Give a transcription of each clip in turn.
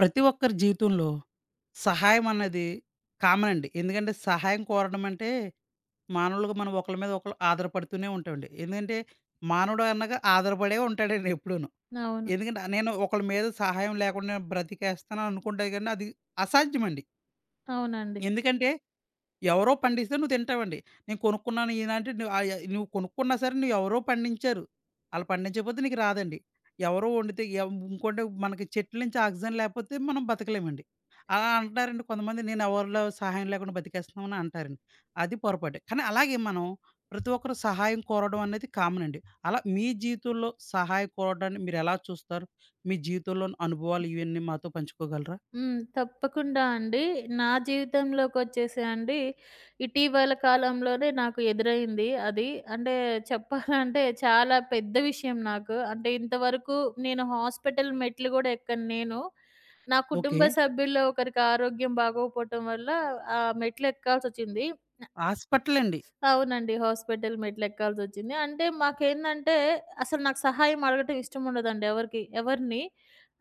ప్రతి ఒక్కరి జీవితంలో సహాయం అన్నది కామన్ అండి. ఎందుకంటే సహాయం కోరడం అంటే మానవులుగా మనం ఒకళ్ళ మీద ఒకళ్ళు ఆధారపడుతూనే ఉంటామండి. ఎందుకంటే మానవుడు అన్నాక ఆధారపడే ఉంటాడండి ఎప్పుడూను. అవును. ఎందుకంటే నేను ఒకళ్ళ మీద సహాయం లేకుండా నేను బ్రతికేస్తాను అనుకుంటే గాని అది అసాధ్యమండి. అవునండి. ఎందుకంటే ఎవరో పండిస్తే నువ్వు తింటావండి. నేను కొనుక్కున్నాను ఈయనంటే నువ్వు నువ్వు కొనుక్కున్నా సరే నువ్వు ఎవరో పండించారు. ఆళ్ళు పండించకపోతే నీకు రాదండి. ఎవరో వండితే ఇంకోటి మనకి చెట్ల నుంచి ఆక్సిజన్ లేకపోతే మనం బతకలేమండి. అలా అంటారండి కొంతమంది నేను ఎవరిలో సహాయం లేకుండా బతికేస్తున్నామని అంటారండి. అది పొరపాటే. కానీ అలాగే మనం ప్రతి ఒక్కరు సహాయం కోరడం అనేది కామన్ అండి. అలా మీ జీవితంలో సహాయం కోరడాన్ని మీరెలా చూస్తారు? మీ జీవితంలోని అనుభవాలు ఇవన్నీ మాతో పంచుకోగలరా? హ్మ్. తప్పకుండా అండి. నా జీవితంలోకొచ్చేసి అండి, ఇటీవల కాలంలోనే నాకు ఎదురైంది అది. అంటే చెప్పాలంటే చాలా పెద్ద విషయం నాకు. అంటే ఇంతవరకు నేను హాస్పిటల్ మెట్లు గూడా ఎక్కను నేను. నా ఓకే. కుటుంబ సభ్యుల్లో ఒకరికి ఆరోగ్యం బాగోకపోవటం వల్ల ఆ మెట్లు ఎక్కాల్సొచ్చింది. హాస్పిటలండి. అవునండి. హాస్పిటల్ మెట్లెక్కాల్సొచ్చింది. అంటే మాకేందంటే, అసలు నాకు సహాయం అడగటం ఇష్టముండదండి ఎవరికి. ఎవరిని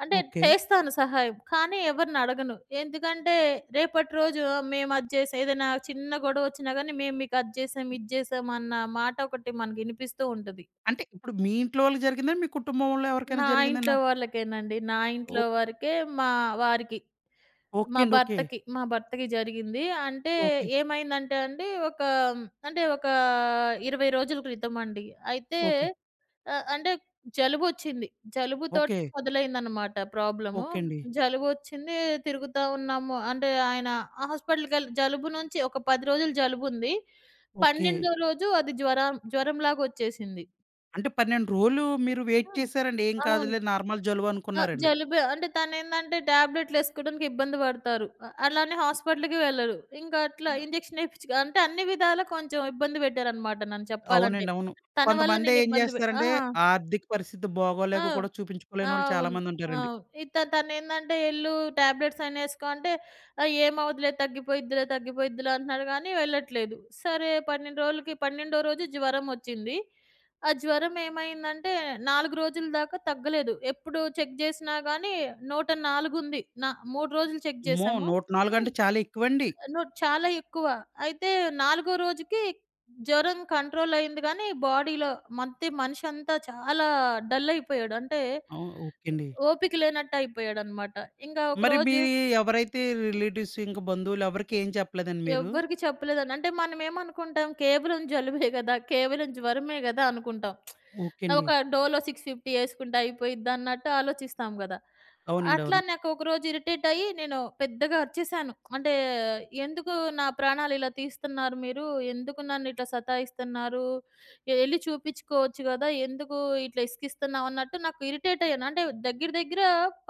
అంటే ఓకే. చేస్తాను సహాయం, కానీ ఎవరిని అడగను. ఎందుకంటే, రేపటి రోజు మేము అది చేసాం ఏదైనా చిన్న గొడవొచ్చినా గానీ, మేము మీకు అది చేసాం, ఇది చేసాం అన్న మాట ఒకటి మనకి ఇనిపిస్తూ ఉంటది. అంటే ఇప్పుడు మీ ఇంట్లో వాళ్ళకి జరిగిందా? మీ కుటుంబంలో ఎవరికైనా నా ఇంట్లో జరిగిందేనా? వాళ్ళకేనండి. నా ఓ. ఇంట్లో వరకే మా వారికి. ఓకే మా అండి. ఓకే. భర్తకి, మా భర్తకి జరిగింది. అంటే ఓకే. ఏమైందంటే అండి, ఒక 20 రోజుల క్రితం అండి. అయితే ఓకే. ఆహ్, అంటే జలుబొచ్చింది. జలుబుతోటి ఓకే. మొదలైందనమాట ప్రాబ్లము. ఓకే అండి. జలుబొచ్చింది, తిరుగుతా ఉన్నాము. అంటే ఆయన జలుబు నుంచి ఒక 10 రోజులు జలుబుంది. ఓకే. 12వ రోజు అది జ్వరంలాగొచ్చేసింది. అంటే 12 రోజులు మీరు వెయిట్ హ్మ్. చేసారండి. ఏం అవును. కాదులే నార్మల్ జలుబు ఆ! అనుకున్నారండి. జలుబే. అంటే తనేందంటే టాబ్లెట్‌లేసుకోడానికి ఇబ్బంది పడతారు. అలానే హాస్పిటల్‌కి వెళ్ళరు. ఇంకా అట్లా ఇంజెక్షన్ ఏపిచ్చుక అంటే అన్ని విధాలా కొంచెం ఇబ్బంది పెట్టారనమాట నన్ను చెప్పాలంటే. అవునండి. అవును. తన వల్ల కొంతమంది నేను ఏం ఇబ్బంది పె ఆ! చేస్తారంటే ఆర్థిక పరిస్థితి ఆ! బాగోలేక కూడా చూపించుకోలేనోళ్ళు అవును. చాలామంది ఉంటారండి. అవును. తనేందంటే "ఎళ్ళు టాబ్లెట్స్ అయినా ఏసుకో" అంటే ఏమవ్వదులే తగ్గిపోయిద్దిలే" అంటున్నాడు గానీ వెళ్ళట్లేదు. సరే 12 రోజులకి 12వ రోజు జ్వరమొచ్చింది. ఆ జ్వరం ఏమైందంటే 4 రోజుల దాకా తగ్గలేదు. ఎప్పుడు చెక్ జేసినా గానీ 104 ఉంది. 3 రోజులు చెక్ అమ్మో! జేశాము. 104 అంటే హ్మ్. చాలా ఎక్కువండి. నో, చాలా ఎక్కువ. అయితే నాలుగో రోజుకి జ్వరం కంట్రోల్ అయింది గానీ బాడీలో మొత్తం మనిషంతా చాలా డల్ అయిపోయాడు. అంటే అవును. ఓకే అండి. ఓపిక లేనట్టు అయిపోయాడనమాట. ఇంగా మరి మీ, ఒకరోజు ఎవరైతే రిలేటివ్స్ ఇంకా బంధువులు ఎవరికీ ఏం చెప్పలేదండి మీరు? ఎవ్వరికీ చెప్పలేదండి. అంటే మనమేమనుకుంటాం కేవలం జలుబే గదా! కేవలం జ్వరమే గదా! అనుకుంటాం. ఓకే అండి. ఒక డోలో 650 యేసుకుంటే అయిపోయిద్ది అన్నట్టు ఆలోచిస్తాం గదా! అవునండి. అట్లా అవును. నాకు ఒకరోజు ఇరిటేట్ అయ్యి నేను పెద్దగా అరిచేసాను. అంటే "ఎందుకు నా ప్రాణాలు ఇలా తీస్తున్నారు మీరు? ఎందుకు నన్ను ఇట్లా సతాయిస్తున్నారు? ఎళ్లి చూపించుకోవచ్చు గదా! ఎందుకు ఇట్లా ఇసికిస్తున్నావు?" అన్నట్టు నాకు ఇరిటేట్ అయ్యాను. అంటే దగ్గర దగ్గర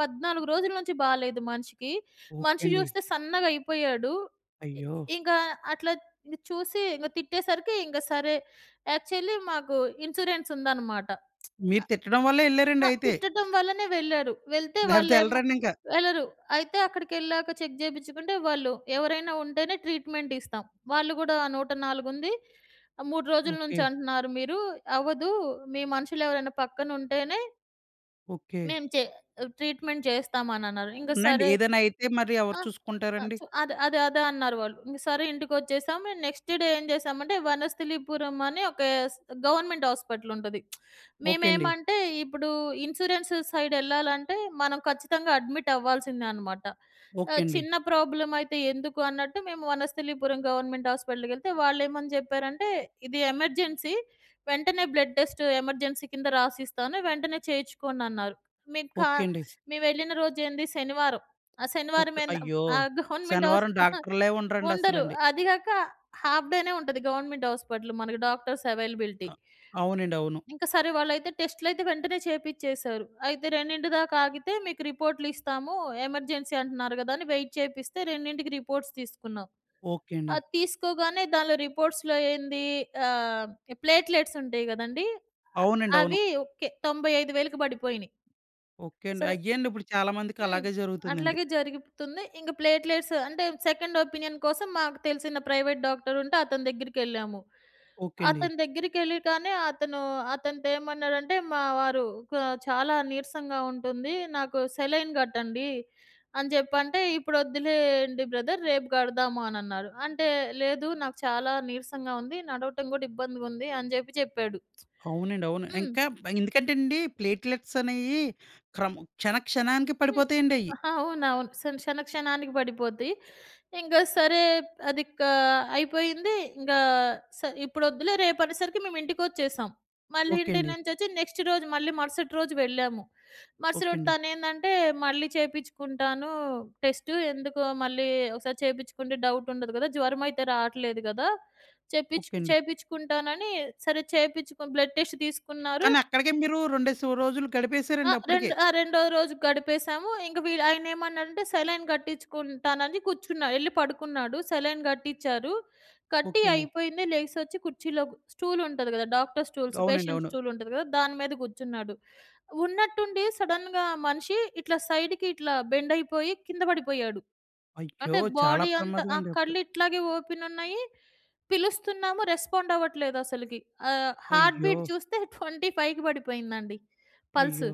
14 రోజుల నుంచి బాలేదు మనిషికి. ఓకే మనిషి అండి. జూస్తే సన్నగా అయిపోయాడు. అయ్యో! ఇంకా అట్లా ఇంక చూసి ఇంక తిట్టేసరికి ఇంక సరే, యాక్చువల్లీ మాకు ఇన్సూరెన్స్ ఉందనమాట. మీరు ఆహ్, తిట్టడం వల్లే ఎళ్లారండి ఆ! అయితే. తిట్టటం వల్లనే వెళ్లారు. వెళ్తే లేపోతే వాళ్ళేమో ఎళ్ళరండింక. వెళ్లరు. అయితే అక్కడికెళ్ళాక చెక్ చేపించుకుంటే వాళ్ళు ఎవరైనా ఉంటేనే ట్రీట్మెంట్ ఇస్తాం. వాళ్ళు కూడా 104 ఉంది. 3 రోజుల ఓకే. నుంచి అంటున్నారు మీరు. అవ్వదు. మీ మనుషులెవరైనా పక్కన ఉంటేనే ఓకే. మేము చే ట్రీట్మెంట్ చేస్తామనన్నారు. ఇంక అవునండి. సరే. ఏదైనా అయితే మరి ఎవరు ఆ! ఆ! చూసుకుంటారండి? అదే అన్నారు వాళ్ళు. ఇంక సరే ఇంటికొచ్చేసాం. మేము నెక్స్ట్ డే ఏం చేసామంటే వనస్థలిపురం అని ఒక స్ గవర్నమెంట్ హాస్పిటల్ ఉంటది. ఓకే అండి. మేమేమంటే ఇప్పుడు ఇన్సూరెన్స్ సైడ్ ఎళ్ళాలంటే మనం ఖచ్చితంగా అడ్మిట్ అవ్వాల్సిందే అనమాట. ఓకే అండి. చిన్న ప్రాబ్లమ్ అయితే ఎందుకు అన్నట్టు మేము వనస్థలిపురం గవర్నమెంట్ హాస్పిటల్‌కెళ్తే వాళ్ళేమని చెప్పారంటే, "ఇది ఎమర్జెన్సీ. వెంటనే బ్లడ్ టెస్ట్ ఎమర్జెన్సీ కింద రాసిస్తాను. వెంటనే చేయించుకోండి" అన్నారు. మేము కా ఓకే అండి. మేమెళ్ళిన రోజేంది శనివారం. ఆ శనివారం ఓకే. ఏంద అయ్యో! ఆ! గవర్నమెంట్ హాస్ శనివారం డాక్టర్‌లే ఉండరు. ఉండరండసలండి. అది గాక హాఫ్ డేనే ఉంటది గవర్నమెంట్ హాస్పిటల్. మనకి డాక్టర్స్ అవైలబిలిటీ. అ! అవునండి. అవును. ఇంకా సరే వాళ్ళైతే టెస్ట్‌లయితే వెంటనే చేపిచ్చేశారు. అయితే 2 దాకా ఆగితే మీకు రిపోర్ట్‌లు ఇస్తాము. ఎమర్జెన్సీ అంటున్నారు గదా! అని వెయిట్ చేపిస్తే 2కి రిపోర్ట్స్ తీసుకున్నాం. ఓకే అండి. అది తీసుకోగానే దానిలో రిపోర్ట్స్‌లో ఏంది, ఆహ్, ప్లేట్‌లెట్స్ ఉంటాయి గదండీ! అ అవునండి. అవును. అవి ఓకే, 95,000కి పడిపోయినాయి. ఓకే అండి. అసలు అయ్యండి ఇప్పుడు చాలా మందికి హ్మ్. అలాగే జరుగుతుందండి. అట్లాగే జరుగుతుంది. ఇంక ప్లేట్‌లెట్స్ అంటే సెకండ్ ఒపీనియన్ కోసం మాకు తెలిసిన ప్రైవేట్ డాక్టర్ ఉంటే అతని దగ్గరికెళ్ళాము. ఓకే అండి. అతని దగ్గరికెళ్ళి, కానీ అతను అతనితో ఏమన్నాడంటే, "మా వారు క చాలా నీరసంగా ఉంటుంది. నాకు సెలైన్ కట్టండి" అని చెప్పంటే, "ఇప్పుడు వద్దులేండి బ్రదర్, రేపు కడదాము" అనన్నారు. అంటే, "లేదు నాకు చాలా నీరసంగా ఉంది. నడవటం కూడా ఇబ్బందిగా ఉంది" అని చెప్పాడు. అవునండి. అవును. హ్మ్. ఇంకా ఎందుకంటే అండి ప్లేట్లెట్స్ అనేయి క్రమ క్షణ క్షణానికి హ్మ్. పడిపోతాయండి అయి. ఆహా! అవునవును. క్షణ క్షణానికి పడిపోద్ది. ఇంకా సరే అది క అయిపోయింది. ఇంగా స ఇప్పుడొద్దులే రేపనేసరికి మేము ఇంటికొచ్చేసాం. మళ్ళీ ఓకే ఇంటి అండి. నుంచొచ్చి నెక్స్ట్ రోజు మళ్ళీ మరుసటి రోజు వెళ్ళాము. మరుసటి ఓకే రోజు అండి. తనేందంటే మళ్ళీ చేపిచ్చుకుంటాను టెస్టు. ఎందుకు మళ్ళీ ఒకసారి చేపిచ్చుకుంటే డౌట్ ఉండదు కదా! జ్వరం అయితే రావట్లేదు కదా! చేపిచ్చు ఓకే అండి. చేపిచ్చుకుంటానని సరే చేపిచ్చుకొని బ్లడ్ టెస్ట్ తీసుకున్నారు. కానీ అక్కడికే మీరు 2 రోజులు ఆ! గడిపేసారండి అప్పటికే. రెండు ఆ! రెండో రోజు గడిపేసాము. ఇంక వీడు ఆయనేమన్నాడంటే సెలైన్ కట్టించుకుంటానని కూర్చున్నా ఎళ్లి పడుకున్నాడు. సెలైన్ కట్టిచ్చారు. కట్టి ఓకే అండి. అయిపోయింది. లెగిసొచ్చి కుర్చీలో స్టూల్ ఉంటది గదా! డాక్టర్ స్టూల్స్, అవునండి. పేషెంట్ అవును. స్టూల్ ఉంటది గదా! దాని మీద కూర్చున్నాడు. ఉన్నట్టుండి సడెన్‌గా మనిషి ఇట్లా సైడ్‌కి ఇట్లా బెండ్ అయిపోయి కింద పడిపోయాడు. అయ్యో! అంటే చాలా బాడీ అంతా ప్రమాదం ఆ! అండి అప్పుడు. కళ్ళు ఇట్లాగే ఓపెన్ ఉన్నాయి. పిలుస్తున్నాము, రెస్పాండ్ అవ్వట్లేదు అసలకి. హార్ట్ అయ్యో! బీట్ చూస్తే 25కి పడిపోయిందండి పల్స్. అయ్యో!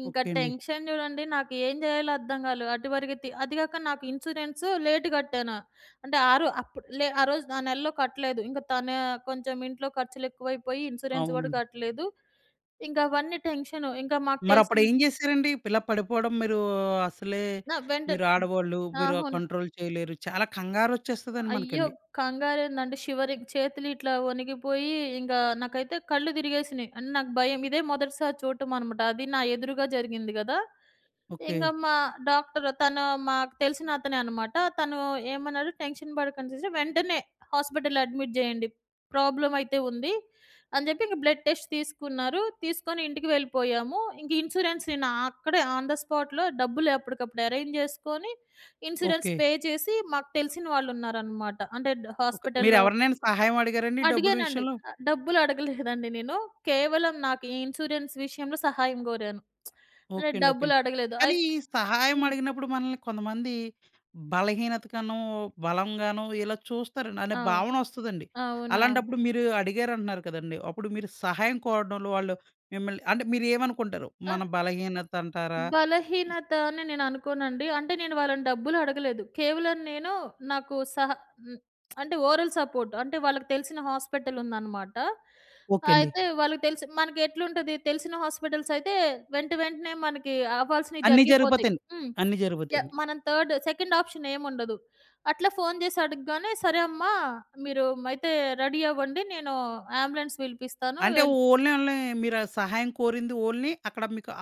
ఇంకా ఓకే అండి. టెన్షన్ చూడండి. నాకు ఏం చేయాలో అర్థం కాలే. అటువరకు తి అది కాక నాకు ఇన్సూరెన్స్ లేట్ కట్టాను. అంటే ఆ రో అప్పుడు లే ఆ రోజు ఆ నెలలో కట్టలేదు. ఇంక తన కొంచెం ఇంట్లో ఖర్చులు ఎక్కువైపోయి ఇన్సూరెన్స్ కూడా అవునండి. కట్టలేదు. ఇంక అవన్నీ టెన్షను. ఇంకా మాకు మరప్పుడు తెలిసిన. ఏం చేశారండి? ఇలా పడిపోవడం మీరు అసలే ఆ! వెంటనే. మీరు ఆడవాళ్ళు, మీరు అవును. కంట్రోల్ చేయలేరు. చాలా కంగారొచ్చేస్తదండి అయ్యో! మనకండి. కంగారేందంటే షివరింగ్ చేతులు ఇట్లా వణికిపోయి ఇంక నాకైతే కళ్ళు తిరిగేసినాయి. అంటే నాకు భయం. ఇదే మొదటిసారి చూడటం అనమాట. అది నా ఎదురుగా జరిగింది గదా! ఓకే. ఇంగ మా డాక్టర్ తను మాకు తెలిసిన అతనే అనమాట. తను ఏమన్నారు, "టెన్షన్ పడకండి సిస్టర్. వెంటనే హాస్పిటల్‌లో అడ్మిట్ చేయండి. ప్రాబ్లమ్ అయితే ఉంది" అని చెప్పి ఇంక బ్లడ్ టెస్ట్ తీసుకున్నారు. తీసుకొని ఇంటికి వెళ్ళిపోయాము. ఇంక ఇన్స్యూరెన్స్ నేను అక్కడే ఆన్ ద స్పాట్‌లో డబ్బులు అప్పటికప్పుడు అరేంజ్ చేసుకొని, ఇన్స్యూరెన్స్ ఓకే. పే చేసి మాకు తెలిసిన వాళ్ళున్నారనమాట. అంటే ఓకే. హాస్పిటల్‌లో మీరెవరినైనా సహాయం అడిగారండి డబ్బుల అడిగానండి. విషయంలో? డబ్బులు అడగలేదండి నేను. కేవలం నాకు ఈ ఇన్స్యూరెన్స్ విషయంలో సహాయం కోరాను. అంటే ఓకే అండి. ఓకే డబ్బులు అండి. అడగలేదు. కానీ ఈ సహాయం హ్మ్. అడిగినప్పుడు మనల్ని కొంతమంది బలహీనతగానో, బలంగానో ఇలా చూస్తారండి. అనే అవును. భావన వస్తదండి. అవునవును. అలాంటప్పుడు మీరు అడిగారంటున్నారు కదండీ! అప్పుడు మీరు సహాయం కోరడంలో వాళ్ళు మిమ్మల్ని అంటే మీరేమనుకుంటారు? మన ఆహ్, బలహీనత అంటారా? బలహీనత అని నేను అనుకోనండి. అంటే నేను వాళ్ళని డబ్బులు అడగలేదు. కేవలం నేను నాకు సహ హ్మ్. అంటే ఓరల్ సపోర్ట్ అంటే వాళ్ళకి తెలిసిన హాస్పిటల్ ఉందన్నమాట. ఓకే అండి. అయితే వాళ్ళకి తెలిసి మనకి ఎట్లుంటది తెలిసిన హాస్పిటల్స్ అయితే వెంటనే మనకి అవ్వాల్సినవి అన్నీ జరిగిపోతాయి. జరిగిపోతాయండి. హ్మ్. అన్నీ యాహ్! జరిగిపోతాయండి. మనం థర్డ్ సెకండ్ ఆప్షన్ ఏముండదు. అట్లా ఫోను చేసి అడగగానే, "సరే అమ్మా మీరు అయితే రెడీ అవ్వండి. నేను అంబులెన్స్ పిలిపిస్తాను అంటే వెళ్" ఓన్లీ ఓన్లీ మీరు ఆ సహాయం కోరింది ఓన్లీ అక్కడ మీకు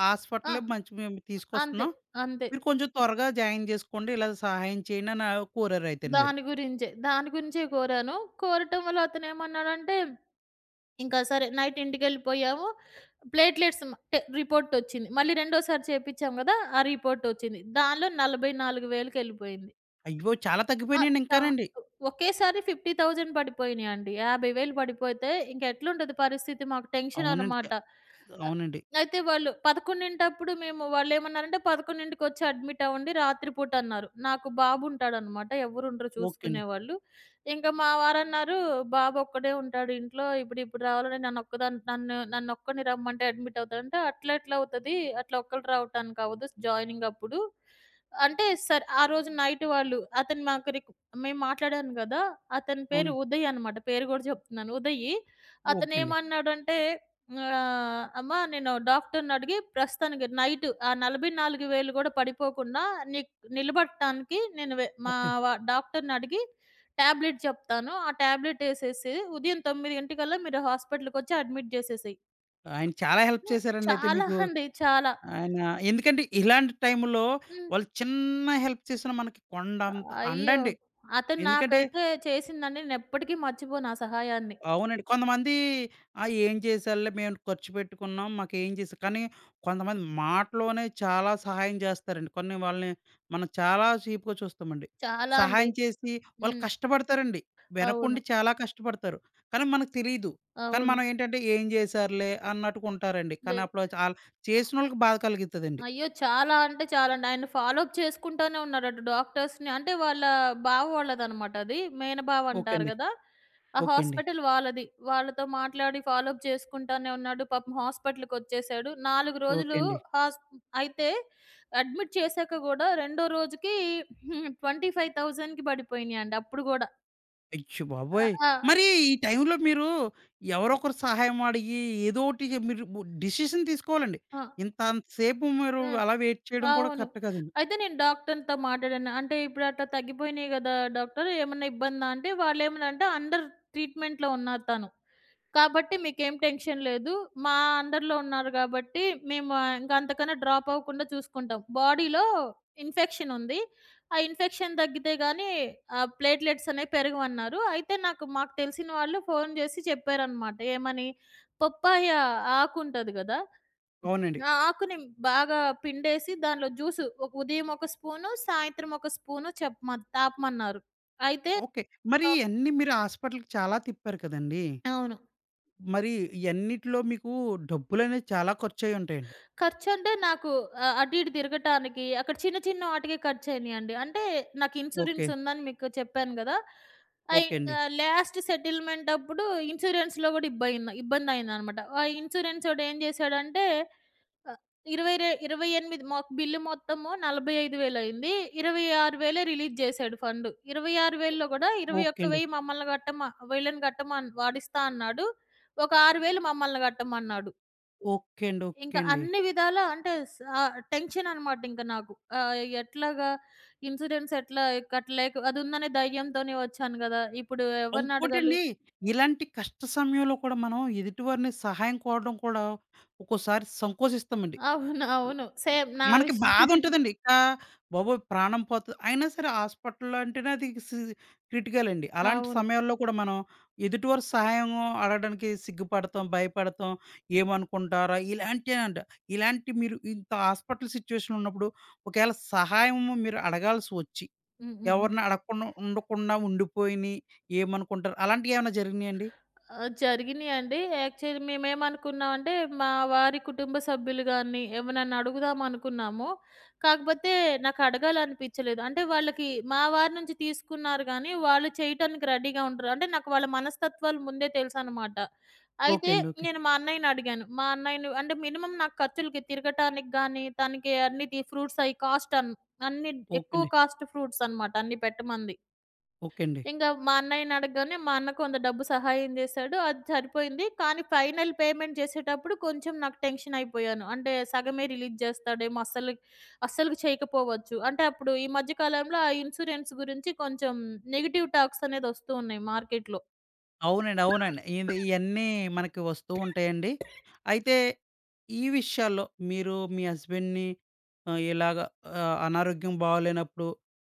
ఆ! హాస్పిటలే మంచి మేము అంతే. తీసుకొస్తున్నాం. అంతే. మీరు కొంచెం త్వరగా జాయిన్ చేసుకోండి. ఇలా సహాయం చేయండి అని కోరారైతేను మీరు. దాని గురించే. దాని గురించే కోరాను. కోరటం వల్ల అతనేమన్నాడంటే, ఇంకా సరే నైట్ ఇంటికెళ్ళిపోయాము. ప్లేట్‌లెట్స్ మ టె రిపోర్టొచ్చింది. మళ్ళీ రెండోసారి చేపిచ్చాం గదా! ఆ రిపోర్టొచ్చింది. దానిలో 44,000కెళ్ళిపోయింది. అయ్యో! చాలా ఆ! తగ్గిపోయినాయండి చా ఇంకానండి. ఒకేసారి 50,000 పడిపోయినాయండి. 50,000 పడిపోతే ఇంక ఎట్లుంటది పరిస్థితి? మాకు టెన్షన్ అవునండి. చ అనమాట. ఆహ్, అవునండి. అయితే వాళ్ళు 11:00 మేము వాళ్ళేమన్నారంటే 11:00కొచ్చి అడ్మిట్ అవ్వండి రాత్రిపూట అన్నారు. నాకు బాబు ఉంటాడనమాట. ఎవరుండరు ఓకే అండి. చూసుకునేవాళ్ళు. ఇంక మా వారన్నారు, "బాబు ఒక్కడే ఉంటాడు ఇంట్లో. ఇప్పుడు ఇప్పుడు రావాలంటే నన్నొక్కదాన్ని నన్నొక్కడిని రమ్మంటే అడ్మిట్ అవుతాడంటే" "అట్లా ఎట్లా అవుతది? అట్లా ఒక్కళ్ళు రావటానికి అవ్వదు జాయినింగ్ అప్పుడు." అంటే సర్ ఆ రోజు నైట్ వాళ్ళు అతను మాకు మేము మాట్లాడాను గదా! అతని పేరు అవునండి. ఉదయ్ అనమాట. పేరు గూడా జెప్తున్నాను. ఉదయ్. ఓకే అండి. అతనేమన్నాడంటే, అమ్మా నేను డాక్టర్‌ని అడిగి ప్రస్తుతానికి నైట్ ఆ 44,000 గూడా పడిపోకుండా నీకు నిలబడటానికి నేను వె మా ఓకే. వ డాక్టర్‌ని అడిగి టాబ్లెట్ జెప్తాను. ఆ టాబ్లెట్ ఎసేసి ఉదయం 9 గంటకల్లా మీరు హాస్పిటల్‌కొచ్చి అడ్మిట్ జేసేసేయి. ఆయన చాలా హెల్ప్ హ్మ్. చేశారండి అయితే చాలా మీకు. అండి. చాలా. ఆయన ఎందుకంటే ఇలాంటి టైంలో హ్మ్. వాళ్ళు చిన్న హెల్ప్ చేసినా మనకి కొండంత అయ్యో! అండండి. అతను ఎందుకంటే నాకైతే చేసిందండి నేనెప్పటికీ మర్చిపోను ఆ సహాయాన్ని. అవునండి. కొంతమంది ఆ! ఏం చేశారులే మేము ఖర్చు పెట్టుకున్నాం. మాకేం చేసా కానీ కొంతమంది మాటలోనే చాలా సహాయం చేస్తారండి. వాళ్ళని మనం చాలా చీప్‌గా చూస్తామండి. చాలా అండి. సహాయం చేసి వాళ్ళు హ్మ్. కష్టపడతారండి. వెనకుండి అవును. చాలా కష్టపడతారు. కానీ మనకు తెలీదు. కానీ మనం అవును. ఏంటంటే ఏం చేశారులే అన్నట్టుగా ఉంటారండి. లే కానీ అప్పుడు ఆళ్ళు చేసినోళ్ళకి బాధ కలిగితదండి. అయ్యో! చాలా అంటే చాలండి. ఆయన ఫాలో అప్ చేసుకుంటానే ఉన్నారట డాక్టర్స్‌ని. అంటే వాళ్ళ బావ వాళ్ళదనమాట అది. మేనబావ ఓకే అంటారు అండి. గదా! ఆ ఓకే అండి. హాస్పిటల్ వాళ్ళది. వాళ్ళతో మాట్లాడి ఫాలో అప్ చేసుకుంటానే ఉన్నాడు. పాపం హాస్పిటల్‌కొచ్చేసాడు. 4 ఓకే రోజులు అండి. హాస్ అయితే అడ్మిట్ చేశాక గూడా రెండో రోజుకి 25,000కి పడిపోయినియండి అప్పుడు గూడా. అయ్య ఆ! బాబోయ్! మరి ఆ! ఈ టైంలో మీరు ఎవరొకరి సహాయం అడిగి ఏదో ఒకటి మీరు డిసిషన్ తీసుకోవాలండి. ఆ! ఇంత అంత సేపు మీరు హ్మ్. అలా వెయిట్ చేయడం కూడా అవును. కరెక్ట్ కాదండి. అయితే నేను డాక్టర్‌తో మాట్లాడాను. అంటే ఇప్పుడు అట్లా తగ్గిపోయినాయి గదా! డాక్టర్ ఏమన్నా ఇబ్బందా? అంటే వాళ్ళేమనంటే అండర్ ట్రీట్మెంట్‌లో ఉన్నారు తను. కాబట్టి మీకేం టెన్షన్ లేదు. మా అండర్‌లో ఉన్నారు కాబట్టి మేము ఇంక అంతకన్నా డ్రాప్ అవ్వకుండా చూసుకుంటాం. బాడీలో ఇన్ఫెక్షన్ ఉంది. ఆ ఇన్ఫెక్షన్ తగ్గితే గానీ ప్లేట్‌లెట్స్ అనేవి పెరగవన్నారు. అయితే నాకు మాకు తెలిసిన వాళ్ళు ఫోను జేసి చెప్పారనమాట. ఏమని? పప్పాయ ఆకుంటది గదా! అవునండి. ఆ! ఆకుని బాగా పిండేసి దానిలో జ్యూసు ఒక ఉదయం ఒక స్పూను, సాయంత్రం ఒక స్పూను తాపమన్నారు. అయితే ఓకే. మరి ఇయన్నీ మీరు హాస్పిటల్‌కి చాలా తిప్పారు కదండీ! అవును. మరి ఇయన్నిటిలో మీకు డబ్బులనేవి చాలా ఖర్చయ్యి ఉంటాయండి. ఖర్చంటే నాకు అటు ఇటు తిరగటానికి అక్కడ చిన్న చిన్న వాటికే ఖర్చయినాయండి. అంటే నాకు ఓకే. ఇన్సూరెన్స్ ఉందని మీకు చెప్పాను గదా! అయి ఓకే అండి. లాస్ట్ సెటిల్‌మెంట్ అప్పుడు ఇన్సూరెన్స్‌లో గూడా ఇబ్బందయిందనమాట. ఆ ఇన్సూరెన్సోడు ఏం జేశాడంటే ఆ! 20 రె 28 మాకు బిల్లు మొత్తము 45,000 అయింది. 26,000 రిలీజ్ చేసాడు ఫండ్. 26,000లో కూడా ఓకే అండి. 21,000 మమ్మల్ని కట్టమన్ వాడిస్తా అన్నాడు. ఒక 6,000 మమ్మల్ని కట్టమన్నాడు. ఓకే అండి. ఓకే ఇంకా అండి. అన్ని విధాల అంటే టెన్షన్ అనమాట ఇంక నాకు. ఆహ్, ఎట్లాగా ఇన్సూరెన్స్ ఎట్లా కట్టలేక అది ఉందనే ధైర్యంతోనే వచ్చాను గదా! ఇప్పుడు ఎవరినడగాలి? ఇంకోటండి ఇలాంటి కష్ట సమయంలో కూడా మనం ఎదుటివారిని సహాయం కోరడం కూడా ఒక్కోసారి సంకోచిస్తామండి. అవును. అవును. సేమ్ నా మనకి విషయం. బాధుంటదండి. ఇంకా బాబోయ్! ప్రాణం పోతది. అయినా సరే హాస్పిటల్‌లో అంటేనే అది క్రిటికల్ అండి. అలాంటి అవును. సమయాల్లో కూడా మనం ఎదుటివారి సహాయం అడగడానికి సిగ్గుపడతాం, భయపడతాం, ఏమనుకుంటారా ఇలాంటినంట. ఇలాంటి మీరు ఇంత హాస్పిటల్ సిట్యుయేషన్ ఉన్నప్పుడు ఒకవేళ సహాయం మీరు అడగాల్సి వచ్చి, హ్మ్. హ్మ్. హ్మ్. ఎవరిని అడగకుండా ఉండిపోయిని ఏమనుకుంటారు అలాంటియేమన్నా జరిగినాయండి? ఆ! జరిగినియండి. యాక్చువల్లీ మేమేమనుకున్నామంటే, మా వారి కుటుంబ సభ్యులు గాని, ఎవరినన్నా అడుగుదాం అనుకున్నాము. కాకపోతే నాకడగాలనిపిచ్చలేదు. అంటే వాళ్ళకి మా వారి నుంచి తీసుకున్నారు గానీ, వాళ్ళు చేయటానికి రెడీగా ఉండరు. అంటే నాకు వాళ్ళ మనస్తత్వాలు ముందే తెలుసనమాట. ఓకే అయితే అండి. ఓకే. నేను మా అన్నయ్యనడిగాను. మా అన్నయ్యని అంటే మినిమమ్ నాకు ఖర్చులకి తిరగటానికి గానీ, తనకి అన్ని తి ఫ్రూట్స్ అయి కాస్ట్ అన్ అన్ని ఓకే ఎక్కువ అండి. కాస్ట్ ఫ్రూట్స్ అనమాట అన్ని పెట్టమంది. ఓకే అండి. ఇంక మా అన్నయ్యని అడగగానే మా అన్న కొంత డబ్బు సహాయం చేశాడు. అది సరిపోయింది. కానీ ఫైనల్ పేమెంట్ చేసేటప్పుడు కొంచెం నాకు టెన్షన్ అయిపోయాను. అంటే సగమే రిలీజ్ చేస్తాడేమో! అస్సలు అస్సలు చేయకపోవచ్చు. అంటే అప్పుడు ఈ మధ్య కాలంలో ఆ ఇన్సూరెన్స్ గురించి కొంచెం నెగెటివ్ టాక్స్ అనేది వస్తూ ఉన్నాయి మార్కెట్‌లో. అవునండి. అవునండి. ఇది ఇయన్నీ మనకి వస్తూ ఉంటాయండి. అయితే ఈ విషయాల్లో మీరు మీ హస్బెండ్‌ని ఇలాగ అనారోగ్యం బాగోలేనప్పుడు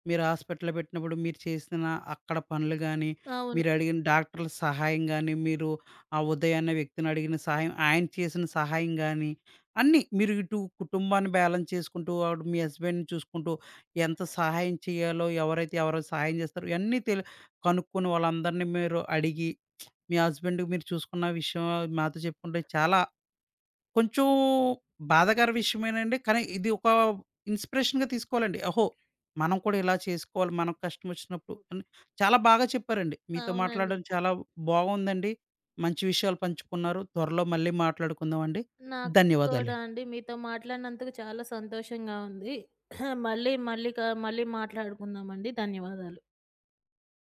మీరు హాస్పిటల్‌లో పెట్టినప్పుడు మీరు చేసిన అక్కడ పనులు గాని, అవును. మీరు అడిగిన డాక్టర్ల సహాయం గాని, మీరు ఆ ఉదయ్ అనే వ్యక్తిని అడిగిన సహాయం, ఆయన చేసిన సహాయం గాని, అన్నీ మీరు ఇటు కుటుంబాన్ని బ్యాలెన్స్ చేసుకుంటూ, అటు మీ హస్బెండ్‌ని చూసుకుంటూ, ఎంత సహాయం చేయాలో, ఎవరు సహాయం చేస్తారో ఇయన్నీ కనుక్కొని వాళ్ళందరిని మీరు అడిగి మీ హస్బెండ్ మీరు చూసుకున్న విషయం మాతో చెప్పుకుంటే చాలా కొంచెం బాధాకర విషయమేనండి. కానీ ఇది ఒక ఇన్స్‌పిరేషన్‌గా తీసుకోవాలండి. ఓహో! మనం కూడా ఇలా చేసుకోవాలి. మనం కష్టం వచ్చినప్పుడు అని చాలా బాగా చెప్పారండి. మీతో అవునండి. మాట్లాడడం చాలా బాగుందండి. మంచి విషయాలు పంచుకున్నారు. త్వరలో మళ్ళీ మాట్లాడుకుందామండి. నాకు కూడా ధన్యవాదాలండి. అండి. మీతో మాట్లాడినందుకు చాలా సంతోషంగా ఉంది. మళ్ళీ మళ్ళీ క మళ్ళీ మాట్లాడుకుందామండి. ధన్యవాదాలు.